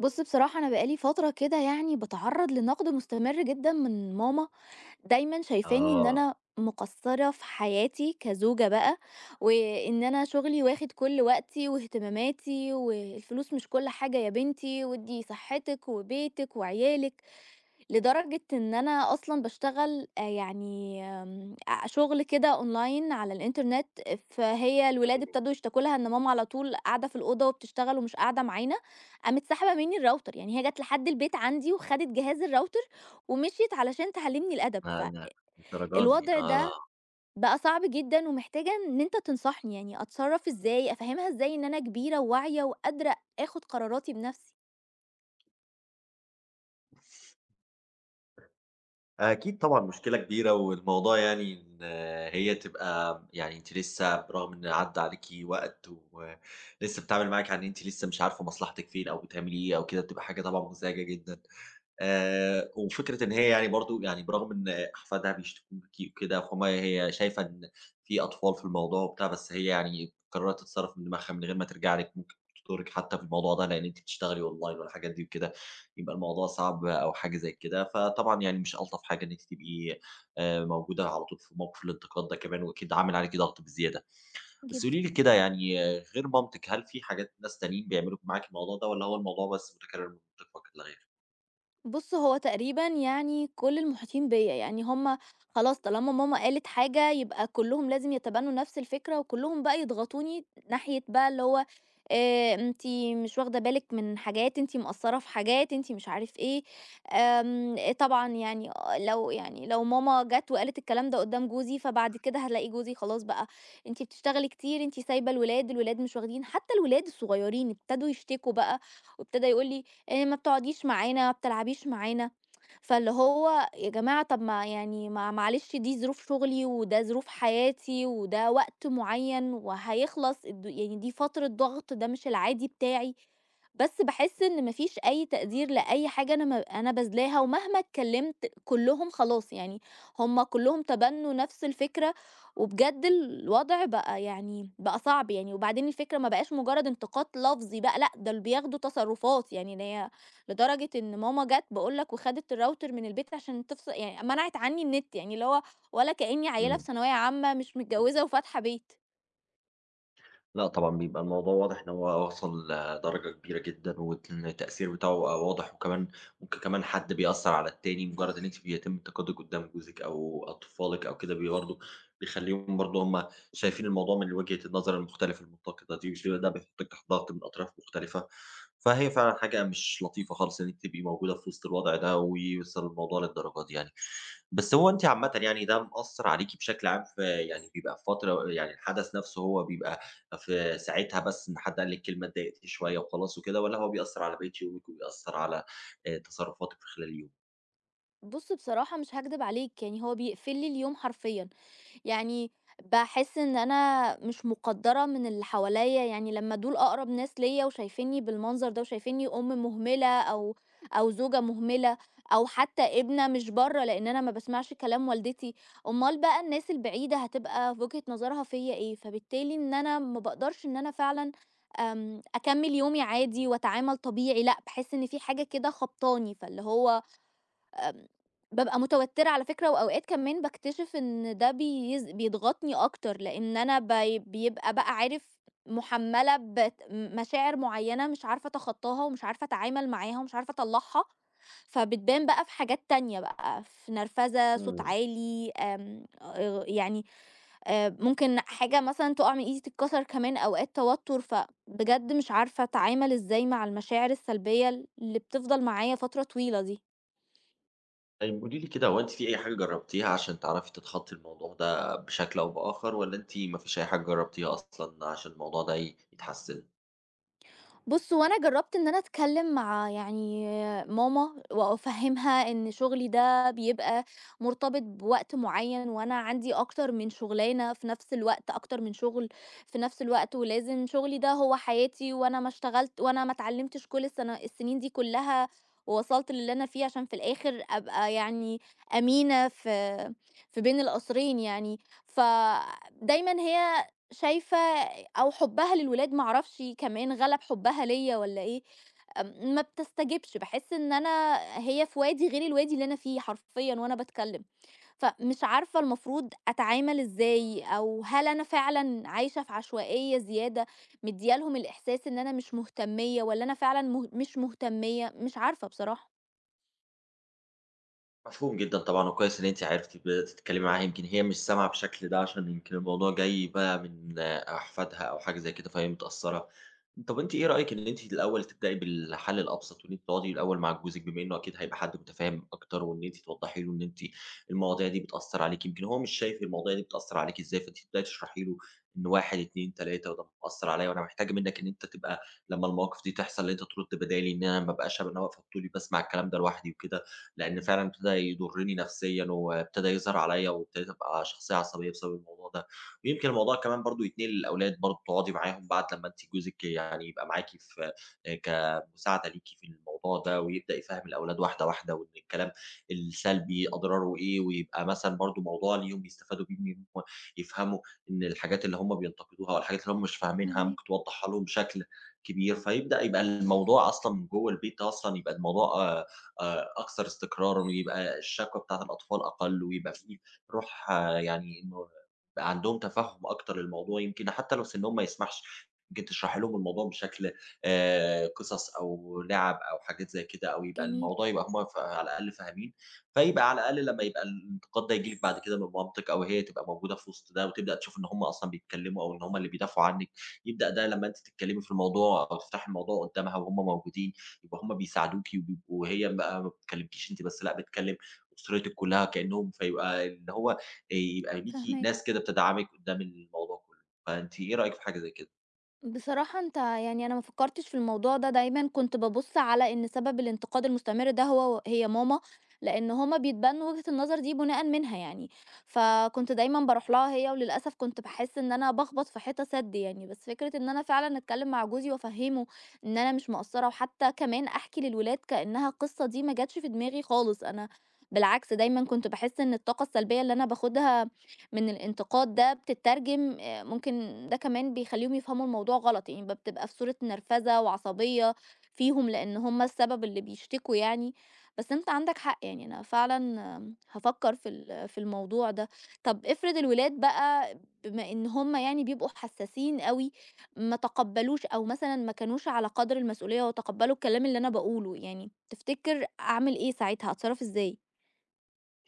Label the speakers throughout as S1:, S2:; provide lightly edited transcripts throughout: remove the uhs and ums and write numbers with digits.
S1: بُص، بصراحة أنا بقى لي فترة كده يعني باتعرّض لنقد مستمر جدًا من ماما، دايمًا شايفاني إن
S2: آه،
S1: أنا مقصّرة في حياتي كزوجة بقى، وإن أنا شغلي واخد كل وقتي واهتماماتي، والفلوس مش كل حاجة يا بنتي وادّي صحتِك وبيتِك وعيالِك. لدرجة إن أنا أصلًا باشتغل يعني آمم أ شغل كده online على الإنترنت، فهي الولاد ابتدوا يشتكوا لها إن ماما على طول قاعدة في الأوضة وبتشتغل ومش قاعدة معانا، قامت ساحبة منّي الراوتر، يعني هي جات لحد البيت عندي وخدت جهاز الراوتر ومشيت علشان تعلّمني الأدب،
S2: لأ، لأ، للدرجة دي،
S1: فالوضع
S2: آه.
S1: ده بقى صعب جدًا ومحتاجة إن أنت تنصحني، يعني أتصرّف إزاي، أفهّمها إزاي إن أنا كبيرة وواعية وقادرة آخُد قراراتي بنَفْسي؟
S2: أكيد طبعًا مشكلة كبيرة، والموضوع يعني إن هي تبقى يعني أنتِ لسه برغم إن عدّى عليكِ وقت ولسه بتتعامل معاكِ على إن أنتِ لسه مش عارفة مصلحتِك فين أو بتعملي إيه أو كده، بتبقى حاجة طبعًا مزعجة جدًا. وفكرة إن هي يعني برضه يعني برغم إن أحفادها بيشتكوا ليكِ وكده، فهُم هي شايفة إن في أطفال في الموضوع وبتاع، بس هي يعني قررت تتصرّف من دماغها من غير ما ترجع لِك، ممكن تضرِّك حتى في الموضوع ده، لإن أنتِ بتشتغلي أونلاين والحاجات دي وكده، يبقى الموضوع صعب أو حاجة زي كده. فطبعًا يعني مش ألطف حاجة إن أنتِ تبقي موجودة على طول في موقف الانتقاد ده كمان، وأكيد عامل عليكِ ضغط بزيادة. بس
S1: جدًا.
S2: قولي لي كده يعني غير مامتِك، هل في حاجات ناس تانيين بيعملوا معاكِ الموضوع ده والّا هو الموضوع بس متكرر من مامتِك فقط لا غير؟
S1: بُص، هو تقريبًا يعني كل المحيطين بيّا، يعني هم خلاص طالما ماما قالت حاجة يبقى كلّهم لازم يتبنوا نفس الفكرة، وكلّهم بقى يضغطوني ناحية بقى اللي هو أنتِ مش واخدة بالِك من حاجات، أنتِ مقصّرة في حاجات، أنتِ مش عارف إيه، طبعًا يعني آه، لو يعني لو ماما جات وقالت الكلام ده قدّام جوزي، فبعد كده هالاقي جوزي خلاص بقى أنتِ بتشتغلي كتير، أنتِ سايبة الولاد، الولاد مش واخدين حتى الولاد الصغيرين ابتدوا يشتكوا بقى، وابتدى يقول لي ما بتقعديش معانا، ما بتلعبيش معانا، فاللي هو يا جماعة طب ما يعني ما معلش دي ظروف شغلي، وده ظروف حياتي، وده وقت معيّن وهيخلص يعني دي فترة ضغط، ده مش العادي بتاعي، بس باحس إن ما فيش أي تقدير لأي حاجة أنا باذلاها، ومهما اتكلمت كلّهم خلاص يعني هُم كلّهم تبنوا نفس الفكرة، وبجد الوضع بقى يعني بقى صعب يعني، وبعدين الفكرة ما بقاش مجرد انتقاد لفظي بقى لأ، ده اللي بياخدوا تصرفات، يعني إن هي لدرجة إن ماما جات باقول لك وخدت الراوتر من البيت عشان تفصل، يعني منعت عني النت، يعني اللي هو ولا كإني عيّلة في
S2: إمم.
S1: ثانوية عامة مش متجوزة وفاتحة بيت.
S2: لأ طبعًا بيبقى الموضوع واضح إن هو وصل لدرجة كبيرة جدًا، وإن التأثير بتاعه بقى واضح، وكمان ممكن كمان حد بيأثّر على التاني، مجرّد إن أنتِ بيتم التقدّم قدّام جوزِك أو أطفالِك أو كده برضه بيخلّيهم برضه هم شايفين الموضوع من وجهة النظر المختلفة المنتقدة دي، وش ده بيحطِّك تحت ضغط من أطراف مختلفة، فهي فعلًا حاجة مش لطيفة خالص إن أنتِ تبقي موجودة في وسط الوضع ده، ويوصل الموضوع للدرجة دي يعني. بس هو أنتِ عامةً يعني ده مأثّر عليكِ بشكل عام في يعني بيبقى في فترة يعني الحدث نَفْسه هو بيبقى في ساعتها بس إن حد قال لِك كلمة اتضايقتِ شوية وخلاص وكده، والّا هو بيأثّر على بقية يومِك وبيأثّر على تصرفاتِك في خلال اليوم؟
S1: بُص، بصراحة مش هاكدب عليك، يعني هو بيقفل لي اليوم حرفيًا. يعني باحس إن أنا مش مقدّرة من اللي حواليّا، يعني لمّا دول أقرب ناس ليّا وشايفينّي بالمنظر ده وشايفينّي أم مهملة أو زوجة مهملة أو حتى ابنة مش برّه، لإن أنا ما باسمعش كلام والدتي، أُمّال بقى الناس البعيدة هتبقى في وجهة نظرها فيّا إيه؟ فبالتالي إن أنا ما باقدرش إن أنا فعلًا أكمّل يومي عادي وأتعامل طبيعي لأ، باحس إن في حاجة كده خبطاني، فاللي هو آمم، بابقى متوترة على فكرة، وأوقات كمان باكتشف إن ده بيضغطني أكتر، لإن أنا بيبقى بقى عارف مُحمّلة بت مشاعر معيّنة مش عارفة أتخطاها، ومش عارفة أتعامل معاها، ومش عارفة أطلّعها، فبتبان بقى في حاجات تانية بقى، في نرفزة، صوت
S2: إمم.
S1: عالي، آمم، يعني ممكن حاجة مثلًا تُقع من إيدي تتكسر كمان أوقات توتر، فبجد مش عارفة أتعامل إزاي مع المشاعر السلبية اللي بتفضل معايا فترة طويلة دي.
S2: طيب قولي لي كده هو أنتِ في أي حاجة جرّبتيها عشان تعرفي تتخطّي الموضوع ده بشكل أو بآخر، والّا أنتِ ما فيش أي حاجة جرّبتيها أصلًا عشان الموضوع ده يتحسّن؟
S1: بُص، هو أنا جرّبت إن أنا أتكلّم مع يعني ماما وأفهّمها إن شُغلي ده بيبقى مرتبط بوقت معيّن وأنا عندي أكتر من شُغلانة في نفس الوقت، أكتر من شُغل في نفس الوقت ولازم شُغلي ده هو حياتي وأنا ما اشتغلت وأنا ما اتعلّمتش كل السنين دي كُلّها ووصلت للي أنا فيه عشان في الآخر أبقى يعني أمينة في في بين القصرين يعني، فدايمًا هي شايفة أو حُبّها للولاد ما أعرفش كمان غَلَب حُبّها ليّا والّا إيه، ما بتستجبش، باحس إن أنا هي في وادي غير الوادي اللي أنا فيه حرفيًا وأنا باتكلّم، فمش عارفة المفروض أتعامل إزاي أو هل أنا فعلًا عايشة في عشوائية زيادة، مدّية لهم الإحساس إن أنا مش مهتمية والّا أنا فعلًا مش مهتمية، مش عارفة بصراحة.
S2: مفهوم جدًا طبعًا، وكويس إن أنتِ عرفتِ بدأتِ تتكلمي معاها، يمكن هي مش سامعة بالشكل ده عشان يمكن الموضوع جاي بقى من أحفادها أو حاجة زي كده، فهي متأثّرة. طَب أنتِ إيه رأيِك إن أنتِ الأول تبدئي بالحل الأبسط، وإن أنتِ تقعدي الأول مع جوزِك بما إنه أكيد هيبقى حد متفاهم أكتر، وإن أنتِ توضّحي له إن أنتِ المواضيع دي بتأثّر عليكِ، يمكن هو مش شايف المواضيع دي بتأثّر عليكِ إزاي، فأنتِ تبدئي تشرحي له إن 1، 2، 3 وده مأثّر عليَّ وأنا محتاجة منّك إن أنت تبقى لمّا المواقف دي تحصل إن أنت ترُد بدالي، إن أنا ما ابقاش أنا واقفة بطولي باسمع الكلام ده لوحدي وكده. لإن فعلًا ابتدى يضرني نفسيًا، وابتدى يظهر عليَّ، وابتديت أبقى شخصية عصبية بسبب الموضوع ده. ويمكن الموضوع كمان برضه يتنقل للأولاد برضه، تقعدي معاهم بعد لمّا أنتِ جوزِك يعني يبقى معاكِ في آآ كمساعدة ليكِ في الموضوع ده، ويبدأ يفهّم الأولاد واحدة، واحدة، وإن الكلام السلبي أضراره إيه، ويبقى مثلًا برضه موضوع ليهم يستفادوا بيه، إن هم يفهموا إن الحاجات اللي هم بينتقدوها، أو الحاجات اللي هم مش فاهمينها،
S1: فاهماك،
S2: ممكن توضحها لهم بشكل كبير، فيبدأ يبقى الموضوع أصلًا من جوّه البيت ده أصلًا يبقى الموضوع أكثر استقرارًا، ويبقى الشكوى بتاعة الأطفال أقل، ويبقى في روح يعني إنه بقى عندهم تفهم أكتر للموضوع، يمكن حتى لو سنهم ما يسمحش، يمكن تشرحي لهم الموضوع بشكل قصص أو لعب أو حاجات زي كده، أو يبقى
S1: جميل،
S2: الموضوع يبقى هم على الأقل فاهمين، فيبقى على الأقل لمّا يبقى الانتقاد ده ييجي لِك بعد كده من مامتِك، أو هي تبقى موجودة في وسط ده، وتبدأ تشوف إن هم أصلًا بيتكلموا، أو إن هم اللي بيدافعوا عنِك، يبدأ ده لمّا أنتِ تتكلمي في الموضوع أو تفتحي الموضوع قدامها وهم موجودين. يبقى هم بيساعدوكِ وبيبقوا هي بقى ما بتكلمكيش أنتِ بس، لأ بتكلم أسرتِك كلها كأنهم فيبقى اللي هو يبقى ليكِ
S1: فاهماك.
S2: ناس كده بتدعمِك قدّام الموضوع كله، فأنتِ إيه رأيِك في حاجة زي كده؟
S1: بصراحة انت يعني انا ما فكرتش في الموضوع ده، دايما كنت ببص على ان سبب الانتقاد المستمر ده هو هي ماما، لان هما بيتبنوا وجهة النظر دي بناء منها يعني، فكنت دايما بروح لها هي وللاسف كنت بحس ان انا بخبط في حيطة سد يعني، بس فكرة ان انا فعلا اتكلم مع جوزي وافهمه ان انا مش مقصرة وحتى كمان احكي للولاد كأنها قصة دي ما جاتش في دماغي خالص. انا بالعكس دايما كنت بحس ان الطاقة السلبية اللي انا باخدها من الانتقاد ده بتترجم ممكن ده كمان بيخلّيهم يفهموا الموضوع غلط، يعني بتبقى في صورة نرفزة وعصبية فيهم لإن هم السبب اللي بيشتكوا يعني، بس أنت عندك حق يعني أنا فعلًا هافكّر في في الموضوع ده. طب افرض الولاد بقى بما إن هم يعني بيبقوا حسّاسين أوي، ما تقبّلوش أو مثلًا ما كانوش على قدر المسؤولية وتقبّلوا الكلام اللي أنا باقوله، يعني تفتكر أعمل إيه ساعتها، أتصرّف إزاي؟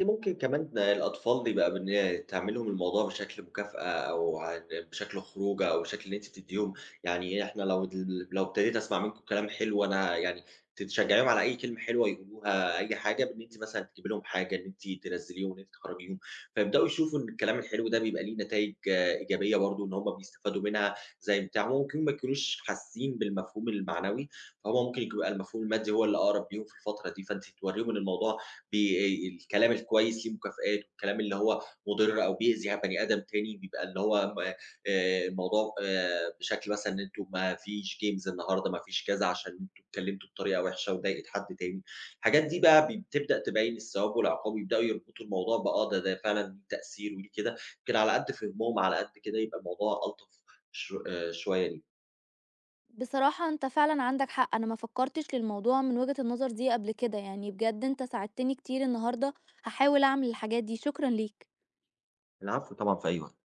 S2: أنتِ ممكن كمان الأطفال دي بقى بإن تعملي لهم الموضوع بشكل مكافأة أو بشكل خروجة أو بشكل إن أنتِ بتدّيهم يعني إحنا لو لو ابتديت أسمع منكم كلام حلو أنا يعني تشجّعيهم على أي كلمة حلوة يقولوها، أي حاجة بإن أنتِ مثلًا تجيبي لهم حاجة، إن أنتِ تنزّليهم، إن أنتِ تخرّجيهم، فيبدأوا يشوفوا إن الكلام الحلو ده بيبقى ليه نتايج إيجابية برضه إن هم بيستفادوا منها زي بتاع، ممكن ما يكونوش حاسين بالمفهوم المعنوي، فهُم ممكن يبقى المفهوم المادي هو اللي أقرب ليهم في الفترة دي، فأنتِ تورّيهم إن الموضوع الكلام الكويس ليه مكافآت، والكلام اللي هو مُضِر أو بيأذي بني آدم تاني بيبقى اللي هو م الموضوع بشكل مثلًا إن أنتم ما فيش games النهارده، ما فيش كذا، عشان أنتم اتكلمتوا بطريقة وِحشة وضايقت حد تاني. الحاجات دي بقى بتبدأ تبين الثواب والعقاب، ويبدأوا يربطوا الموضوع بآه ده فعلًا ليه تأثير وليه كده، يمكن على قد فهمهم، على قد كده يبقى الموضوع ألطف ش شوية ليهم.
S1: بصراحة أنت فعلًا عندك حق، أنا ما فكّرتش للموضوع من وجهة النظر دي قبل كده، يعني بجد أنت ساعدتني كتير النهارده، هاحاول أعمل الحاجات دي، شكرًا ليك.
S2: العفو طبعًا في أي وقت.